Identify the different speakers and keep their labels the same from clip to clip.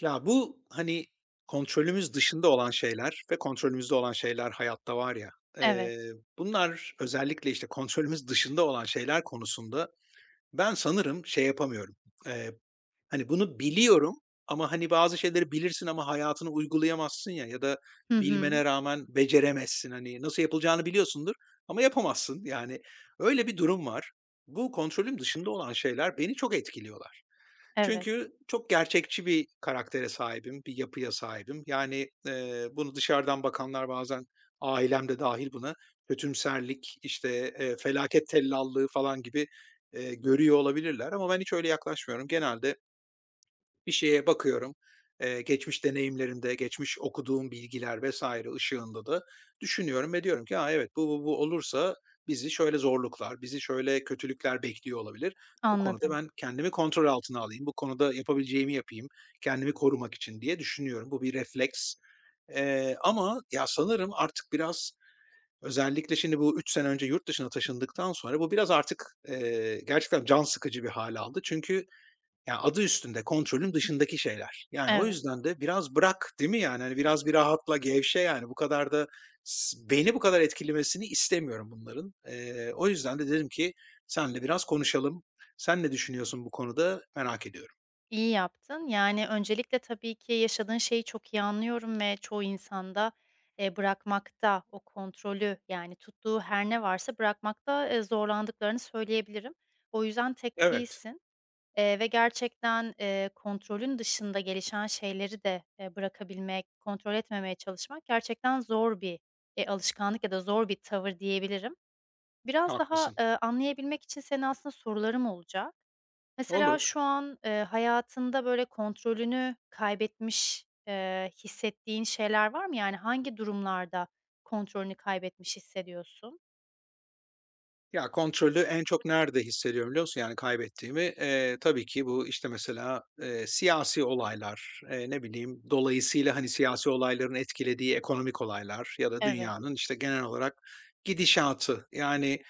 Speaker 1: Ya, bu, hani, kontrolümüz dışında olan şeyler ve kontrolümüzde olan şeyler hayatta var ya,
Speaker 2: Evet.
Speaker 1: eee, bunlar özellikle, işte, kontrolümüz dışında olan şeyler konusunda ben sanırım şey yapamıyorum, eee, hani, bunu biliyorum ama, hani, bazı şeyleri bilirsin ama hayatını uygulayamazsın ya ya da
Speaker 2: Hı hı.
Speaker 1: bilmene rağmen beceremezsin. Hani, nasıl yapılacağını biliyorsundur ama yapamazsın. Yani, öyle bir durum var. Bu kontrolüm dışında olan şeyler beni çok etkiliyorlar.
Speaker 2: Evet,
Speaker 1: Çünkü çok gerçekçi bir karaktere sahibim, bir yapıya sahibim. Yani, bunu dışarıdan bakanlar bazen, ailem de dâhil buna, kötümserlik, işte, felaket tellallığı falan gibi, görüyor olabilirler ama ben hiç öyle yaklaşmıyorum. Genelde bir şeye bakıyorum, geçmiş deneyimlerimde, geçmiş okuduğum bilgiler vesaire ışığında da düşünüyorum ve diyorum ki, "A, evet, bu olursa bizi şöyle zorluklar, bizi şöyle kötülükler bekliyor olabilir. Bu konuda
Speaker 2: anladım.
Speaker 1: ben kendimi kontrol altına alayım, bu konuda yapabileceğimi yapayım, kendimi korumak için." diye düşünüyorum. Bu bir refleks. Ama ya, sanırım artık biraz özellikle şimdi bu 3 sene önce yurt dışına taşındıktan sonra bu biraz artık, gerçekten can sıkıcı bir hâl aldı. Çünkü yani adı üstünde kontrolün dışındaki şeyler. Yani, o
Speaker 2: Evet,
Speaker 1: yüzden de biraz bırak, değil mi, yani? Hani, biraz bir rahatla, gevşe, yani. Bu kadar da beni bu kadar etkilemesini istemiyorum bunların. O yüzden de dedim ki senle biraz konuşalım. Sen ne düşünüyorsun bu konuda? Merak ediyorum.
Speaker 2: iyi yaptın. Yani, öncelikle tabii ki yaşadığın şeyi çok iyi anlıyorum ve çoğu insanda, bırakmakta o kontrolü, yani, tuttuğu her ne varsa bırakmakta, zorlandıklarını söyleyebilirim. O yüzden tek
Speaker 1: Evet,
Speaker 2: değilsin, ve gerçekten, kontrolün dışında gelişen şeyleri de, bırakabilmek, kontrol etmemeye çalışmak gerçekten zor bir, alışkanlık ya da zor bir tavır diyebilirim. Biraz daha,
Speaker 1: haklısın.
Speaker 2: anlayabilmek için senin aslında sorularım olacak. Mesela
Speaker 1: Olur.
Speaker 2: şu an, hayatında böyle kontrolünü kaybetmiş, hissettiğin şeyler var mı? Yani hangi durumlarda kontrolünü kaybetmiş hissediyorsun?
Speaker 1: Ya, kontrolü en çok nerede hissediyorum biliyor musun, yani, kaybettiğimi? Tabii ki bu, işte, mesela, siyasi olaylar, ne bileyim, dolayısıyla, hani, siyasi olayların etkilediği ekonomik olaylar ya da
Speaker 2: Evet.
Speaker 1: dünyanın, işte, genel olarak gidişatı. Yani,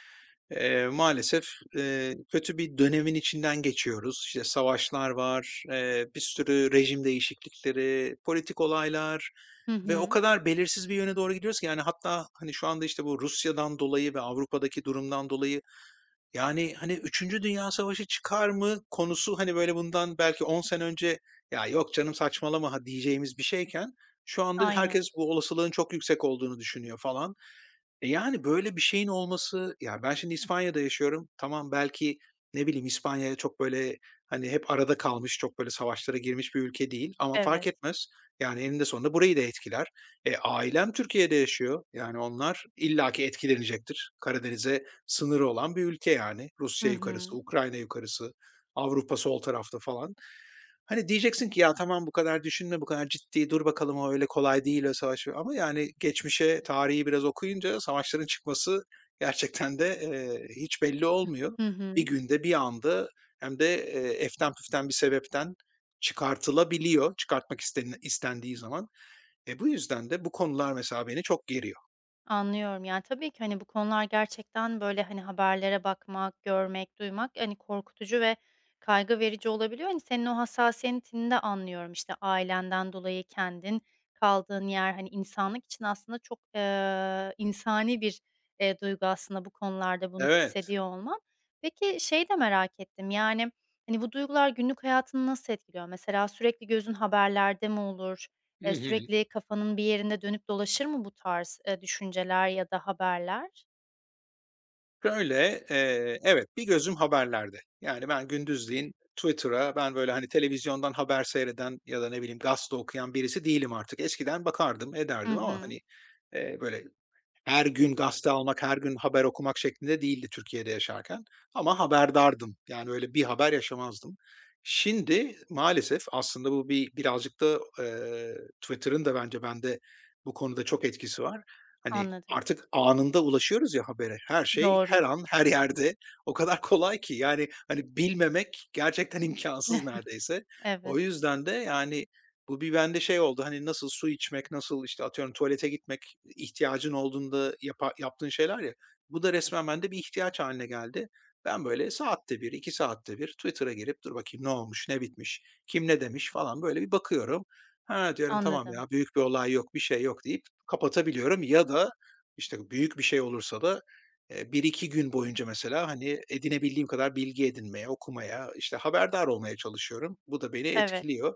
Speaker 1: maalesef, kötü bir dönemin içinden geçiyoruz. İşte, savaşlar var, bir sürü rejim değişiklikleri, politik olaylar
Speaker 2: Hı
Speaker 1: ve o
Speaker 2: hı.
Speaker 1: kadar belirsiz bir yöne doğru gidiyoruz ki, yani, hatta, hani, şu anda, işte, bu Rusya'dan dolayı ve Avrupa'daki durumdan dolayı yani, hani, üçüncü Dünya Savaşı çıkar mı konusu, hani, böyle, bundan belki 10 sene önce, "Ya, yok canım saçmalama." ha diyeceğimiz bir şeyken şu anda herkes
Speaker 2: Aynen.
Speaker 1: bu olasılığın çok yüksek olduğunu düşünüyor falan. E, yani böyle bir şeyin olması yani ben şimdi İspanya'da yaşıyorum. Tamam, belki ne bileyim İspanya çok böyle, hani, hep arada kalmış, çok böyle savaşlara girmiş bir ülke değil ama fark
Speaker 2: Evet.
Speaker 1: etmez. Yani eninde sonunda burayı da etkiler. E, ailem Türkiye'de yaşıyor. Yani onlar illaki etkilenecektir. Karadeniz'e sınırı olan bir ülke yani.
Speaker 2: Hı
Speaker 1: Rusya yukarısı,
Speaker 2: hı.
Speaker 1: Ukrayna yukarısı. Avrupa sol tarafta falan. Hani diyeceksin ki ya tamam bu kadar düşünme, bu kadar ciddi dur bakalım o öyle kolay değil o savaş ama yani geçmişe, tarihi biraz okuyunca savaşların çıkması gerçekten de, hiç belli olmuyor.
Speaker 2: Hı
Speaker 1: Bir
Speaker 2: hı.
Speaker 1: günde, bir anda hem de, eften püften bir sebepten çıkartılabiliyor, çıkartmak istendiği zaman. E, bu yüzden de bu konular mesela beni çok geriyor.
Speaker 2: Anlıyorum. Yani, tabii ki, hani, bu konular gerçekten, böyle, hani, haberlere bakmak, görmek, duymak, hani, korkutucu ve kaygı verici olabiliyor. Hani, senin o hassasiyetini de anlıyorum. İşte, ailenden dolayı kendin, kaldığın yer, hani, insanlık için aslında çok, insani bir, duygu aslında bu konularda bunu
Speaker 1: Evet.
Speaker 2: hissediyor olman. Peki, şey de merak ettim, yani, hani, bu duygular günlük hayatını nasıl etkiliyor? Mesela sürekli gözün haberlerde mi olur?
Speaker 1: Hı
Speaker 2: Eee,
Speaker 1: hı.
Speaker 2: sürekli kafanın bir yerinde dönüp dolaşır mı bu tarz, düşünceler ya da haberler?
Speaker 1: Şöyle, evet, bir gözüm haberlerde. Yani, ben gündüzleyin Twitter'a ben, böyle, hani, televizyondan haber seyreden ya da ne bileyim gazete okuyan birisi değilim artık. Eskiden bakardım,
Speaker 2: Hı
Speaker 1: ederdim ama, hani,
Speaker 2: hı.
Speaker 1: böyle her gün gazete almak, her gün haber okumak şeklinde değildi Türkiye'de yaşarken ama haberdardım. Yani öyle bir haber yaşamazdım. Şimdi maalesef aslında bu bir birazcık da, Twitter'ın da bence bende bu konuda çok etkisi var. Hani,
Speaker 2: Anladım.
Speaker 1: artık anında ulaşıyoruz ya habere. Her şey, her
Speaker 2: Doğru.
Speaker 1: an, her yerde. O kadar kolay ki yani, hani, bilmemek gerçekten imkansız neredeyse. O
Speaker 2: Evet,
Speaker 1: yüzden de yani, bu bir bende şey oldu, hani, nasıl su içmek, nasıl, işte, atıyorum tuvalete gitmek, ihtiyacın olduğunda yaptığın şeyler ya, bu da resmen bende bir ihtiyaç haline geldi. Ben böyle saatte bir 2 saatte bir Twitter'a girip dur bakayım ne olmuş, ne bitmiş, kim ne demiş falan böyle bir bakıyorum. Ha, diyorum tamam
Speaker 2: anladım.
Speaker 1: ya büyük bir olay yok, bir şey yok deyip kapatabiliyorum ya da, işte, büyük bir şey olursa da, 1-2 gün boyunca mesela, hani, edinebildiğim kadar bilgi edinmeye, okumaya, işte, haberdar olmaya çalışıyorum. Bu da beni
Speaker 2: Evet,
Speaker 1: etkiliyor.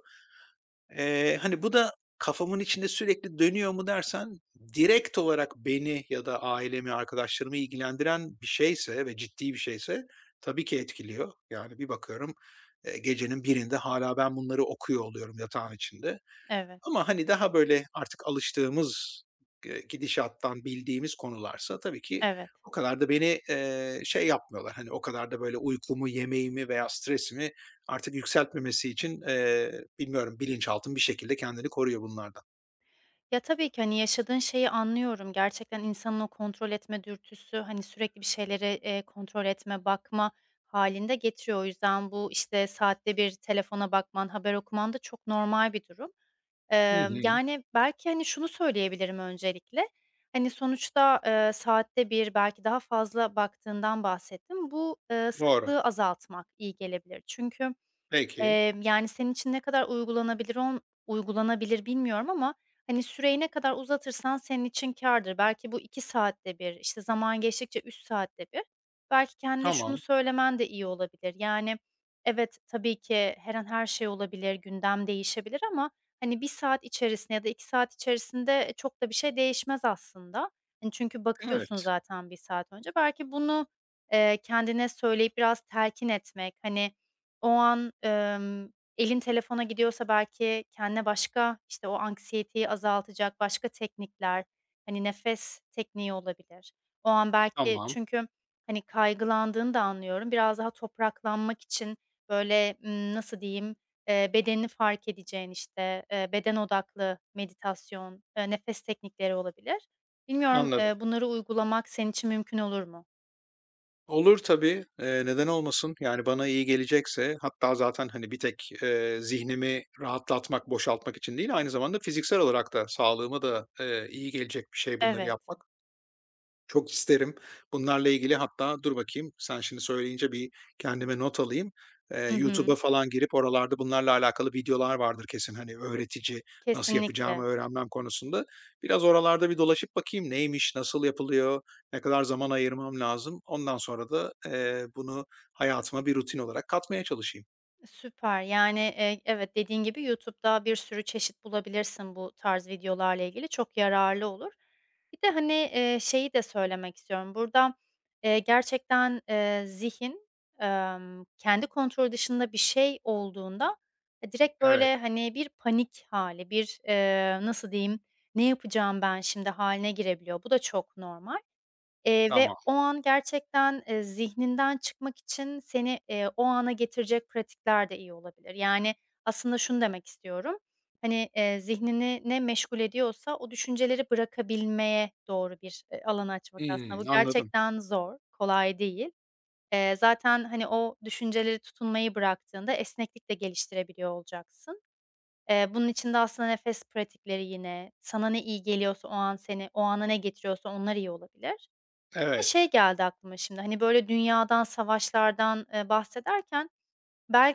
Speaker 1: Hani, bu da kafamın içinde sürekli dönüyor mu dersen, direkt olarak beni ya da ailemi, arkadaşlarımı ilgilendiren bir şeyse ve ciddi bir şeyse tabii ki etkiliyor. Yani bir bakıyorum, gecenin birinde hala ben bunları okuyor oluyorum yatağın içinde.
Speaker 2: evet,
Speaker 1: Ama, hani, daha böyle artık alıştığımız, gidişattan bildiğimiz konularsa tabii ki
Speaker 2: evet.
Speaker 1: o kadar da beni, şey yapmıyorlar, hani, o kadar da böyle uykumu, yemeğimi veya stresimi artık yükseltmemesi için, bilmiyorum, bilinçaltım bir şekilde kendini koruyor bunlardan.
Speaker 2: Ya, tabii ki, hani, yaşadığın şeyi anlıyorum. Gerçekten insanın o kontrol etme dürtüsü, hani, sürekli bir şeyleri, kontrol etme, bakma halinde getiriyor. O yüzden bu, işte, saatte bir telefona bakman, haber okuman da çok normal bir durum.
Speaker 1: Hı hı.
Speaker 2: Yani, belki, hani, şunu söyleyebilirim öncelikle, hani, sonuçta, saatte bir belki daha fazla baktığından bahsettim. Bu,
Speaker 1: Doğru.
Speaker 2: sıklığı azaltmak iyi gelebilir. Çünkü
Speaker 1: Peki.
Speaker 2: Yani, senin için ne kadar uygulanabilir uygulanabilir bilmiyorum ama, hani, süreyi ne kadar uzatırsan senin için kârdır. Belki bu 2 saatte bir, işte, zaman geçtikçe 3 saatte bir. Belki kendine şunu
Speaker 1: Tamam.
Speaker 2: söylemen de iyi olabilir. Yani, evet, tabii ki her an her şey olabilir, gündem değişebilir ama, hani, bir saat içerisinde ya da 2 saat içerisinde çok da bir şey değişmez aslında. Hani, çünkü bakıyorsun
Speaker 1: Evet.
Speaker 2: zaten bir saat önce. Belki bunu, kendine söyleyip biraz telkin etmek, hani, o an, elin telefona gidiyorsa belki kendine başka, işte, o anksiyeteyi azaltacak başka teknikler, hani, nefes tekniği olabilir. O an belki
Speaker 1: Tamam.
Speaker 2: çünkü, hani, kaygılandığını da anlıyorum. Biraz daha topraklanmak için, böyle, nasıl diyeyim, bedenini fark edeceğin, işte, beden odaklı meditasyon, nefes teknikleri olabilir. Bilmiyorum,
Speaker 1: Anladım.
Speaker 2: bunları uygulamak senin için mümkün olur mu?
Speaker 1: Olur tabii, neden olmasın? Yani, bana iyi gelecekse hatta zaten, hani, bir tek, zihnimi rahatlatmak, boşaltmak için değil, aynı zamanda fiziksel olarak da sağlığıma da, iyi gelecek bir şey bunları
Speaker 2: Evet.
Speaker 1: yapmak. Çok isterim. Bunlarla ilgili hatta dur bakayım, sen şimdi söyleyince bir kendime not alayım.
Speaker 2: Hı hı.
Speaker 1: YouTube'a falan girip oralarda bunlarla alakalı videolar vardır kesin, hani, öğretici, nasıl yapacağımı
Speaker 2: Kesinlikle.
Speaker 1: öğrenmem konusunda. Biraz oralarda bir dolaşıp bakayım neymiş, nasıl yapılıyor, ne kadar zaman ayırmam lazım. Ondan sonra da, bunu hayatıma bir rutin olarak katmaya çalışayım.
Speaker 2: Süper. Yani, evet, dediğin gibi YouTube'da bir sürü çeşit bulabilirsin bu tarz videolarla ilgili. Çok yararlı olur. Bir de, hani, şeyi de söylemek istiyorum. Burada, gerçekten, zihin, kendi kontrol dışında bir şey olduğunda, direkt,
Speaker 1: Evet,
Speaker 2: böyle, hani, bir panik hali bir, nasıl diyeyim, "Ne yapacağım ben şimdi?" haline girebiliyor. Bu da çok normal. Ve
Speaker 1: tamam.
Speaker 2: o an gerçekten, zihninden çıkmak için seni, o ana getirecek pratikler de iyi olabilir. Yani, aslında şunu demek istiyorum, hani, zihnini ne meşgul ediyorsa o düşünceleri bırakabilmeye doğru bir, alan açmak
Speaker 1: Hımm,
Speaker 2: aslında. Bu
Speaker 1: anladım.
Speaker 2: gerçekten zor, kolay değil. Zaten, hani, o düşüncelere tutunmayı bıraktığında esneklik de geliştirebiliyor olacaksın. Bunun için de aslında nefes pratikleri yine, sana ne iyi geliyorsa o an seni, o ana ne getiriyorsa onlar iyi olabilir. Bir de şey
Speaker 1: Evet.
Speaker 2: geldi aklıma şimdi, hani, böyle, dünyadan, savaşlardan, bahsederken.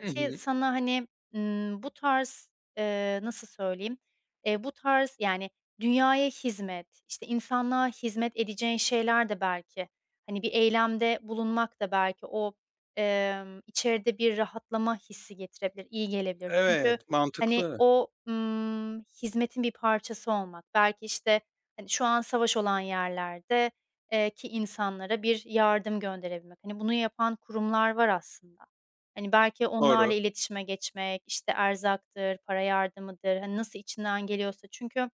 Speaker 1: Hı hı.
Speaker 2: sana, hani, bu tarz, nasıl söyleyeyim, bu tarz, yani, dünyaya hizmet, işte, insanlığa hizmet edeceğin şeyler de belki, hani, bir eylemde bulunmak da belki o, içeride bir rahatlama hissi getirebilir, iyi gelebilir. Çünkü,
Speaker 1: Evet,
Speaker 2: hani,
Speaker 1: mantıklı.
Speaker 2: o, hizmetin bir parçası olmak, belki, işte, hani, şu an savaş olan yerlerde ki insanlara bir yardım gönderebilmek, hani, bunu yapan kurumlar var aslında. Hani, belki
Speaker 1: Doğru.
Speaker 2: onlarla iletişime geçmek, işte, erzaktır, para yardımıdır, hani, nasıl içinden geliyorsa çünkü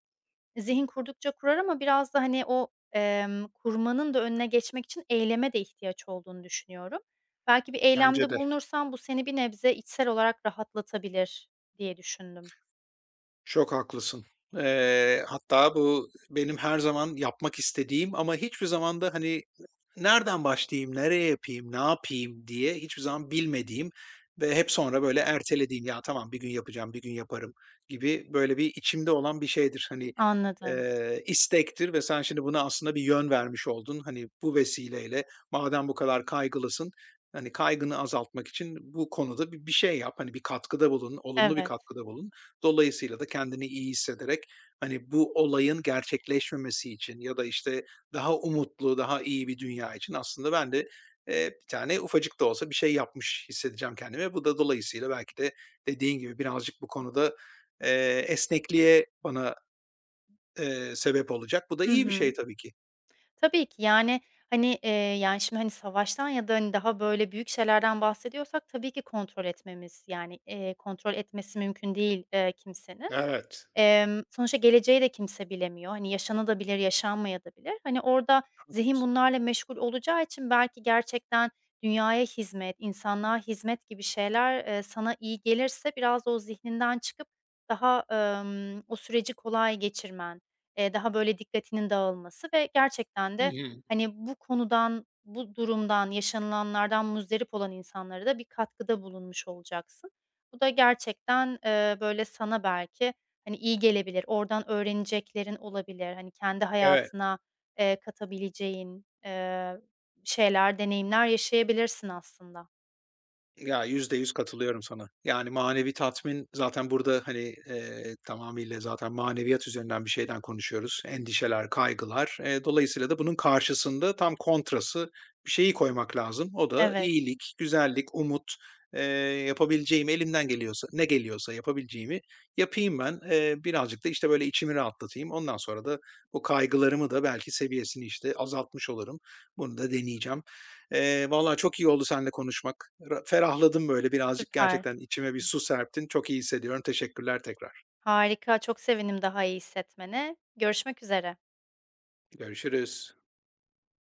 Speaker 2: zihin kurdukça kurar ama biraz da, hani, o, kurmanın da önüne geçmek için eyleme de ihtiyaç olduğunu düşünüyorum. Belki bir
Speaker 1: Bence
Speaker 2: eylemde
Speaker 1: de.
Speaker 2: bulunursan bu seni bir nebze içsel olarak rahatlatabilir diye düşündüm.
Speaker 1: Çok haklısın. Hatta bu benim her zaman yapmak istediğim ama hiçbir zaman da, hani, nereden başlayayım, nereye yapayım, ne yapayım diye hiçbir zaman bilmediğim ve hep sonra böyle ertelediğim, ya tamam bir gün yapacağım, bir gün yaparım gibi böyle bir içimde olan bir şeydir. Hani,
Speaker 2: Anladım.
Speaker 1: istektir ve sen şimdi buna aslında bir yön vermiş oldun. Hani, bu vesileyle madem bu kadar kaygılısın, hani, kaygını azaltmak için bu konuda bir şey yap. Hani, bir katkıda bulun, olumlu bir
Speaker 2: Evet.
Speaker 1: katkıda bulun. Dolayısıyla da kendini iyi hissederek, hani, bu olayın gerçekleşmemesi için ya da, işte, daha umutlu, daha iyi bir dünya için aslında ben de, bir tane ufacık da olsa bir şey yapmış hissedeceğim kendimi. Bu da dolayısıyla belki de dediğin gibi birazcık bu konuda, esnekliğe bana, sebep olacak. Bu da
Speaker 2: Hı
Speaker 1: iyi bir
Speaker 2: hı.
Speaker 1: şey tabii ki.
Speaker 2: Tabii ki, yani, hani, yani, şimdi, hani, savaştan ya da, hani, daha böyle büyük şeylerden bahsediyorsak tabii ki kontrol etmemiz, yani, kontrol etmesi mümkün değil, kimsenin.
Speaker 1: Evet.
Speaker 2: Sonuçta geleceği de kimse bilemiyor. Hani, yaşanabilir, yaşanmayabilir. Hani, orada zihin
Speaker 1: Haklısın.
Speaker 2: bunlarla meşgul olacağı için belki gerçekten dünyaya hizmet, insanlığa hizmet gibi şeyler, sana iyi gelirse biraz da o zihninden çıkıp daha, o süreci kolay geçirmen, daha böyle dikkatinin dağılması ve gerçekten
Speaker 1: Hı
Speaker 2: de,
Speaker 1: hı.
Speaker 2: hani, bu konudan, bu durumdan, yaşanılanlardan muzdarip olan insanlara da bir katkıda bulunmuş olacaksın. Bu da gerçekten, böyle sana belki. Hani, iyi gelebilir, oradan öğreneceklerin olabilir. Hani, kendi
Speaker 1: Evet.
Speaker 2: hayatına, katabileceğin, şeyler, deneyimler yaşayabilirsin aslında.
Speaker 1: Ya, %100 katılıyorum sana. Yani, manevi tatmin zaten burada, hani, tamamıyla zaten maneviyat üzerinden bir şeyden konuşuyoruz. Endişeler, kaygılar. Dolayısıyla da bunun karşısında tam kontrası bir şeyi koymak lazım. O da
Speaker 2: Evet,
Speaker 1: iyilik, güzellik, umut. Eee, yapabileceğim elimden geliyorsa, ne geliyorsa yapabileceğimi yapayım ben. Birazcık da, işte, böyle, içimi rahatlatayım. Ondan sonra da bu kaygılarımı da belki seviyesini, işte, azaltmış olurum. Bunu da deneyeceğim. Valla çok iyi oldu seninle konuşmak. Ferahladım böyle birazcık
Speaker 2: süper.
Speaker 1: gerçekten içime bir su serptin. Çok iyi hissediyorum. Teşekkürler tekrar.
Speaker 2: Harika, çok sevinim daha iyi hissetmene. Görüşmek üzere.
Speaker 1: Görüşürüz.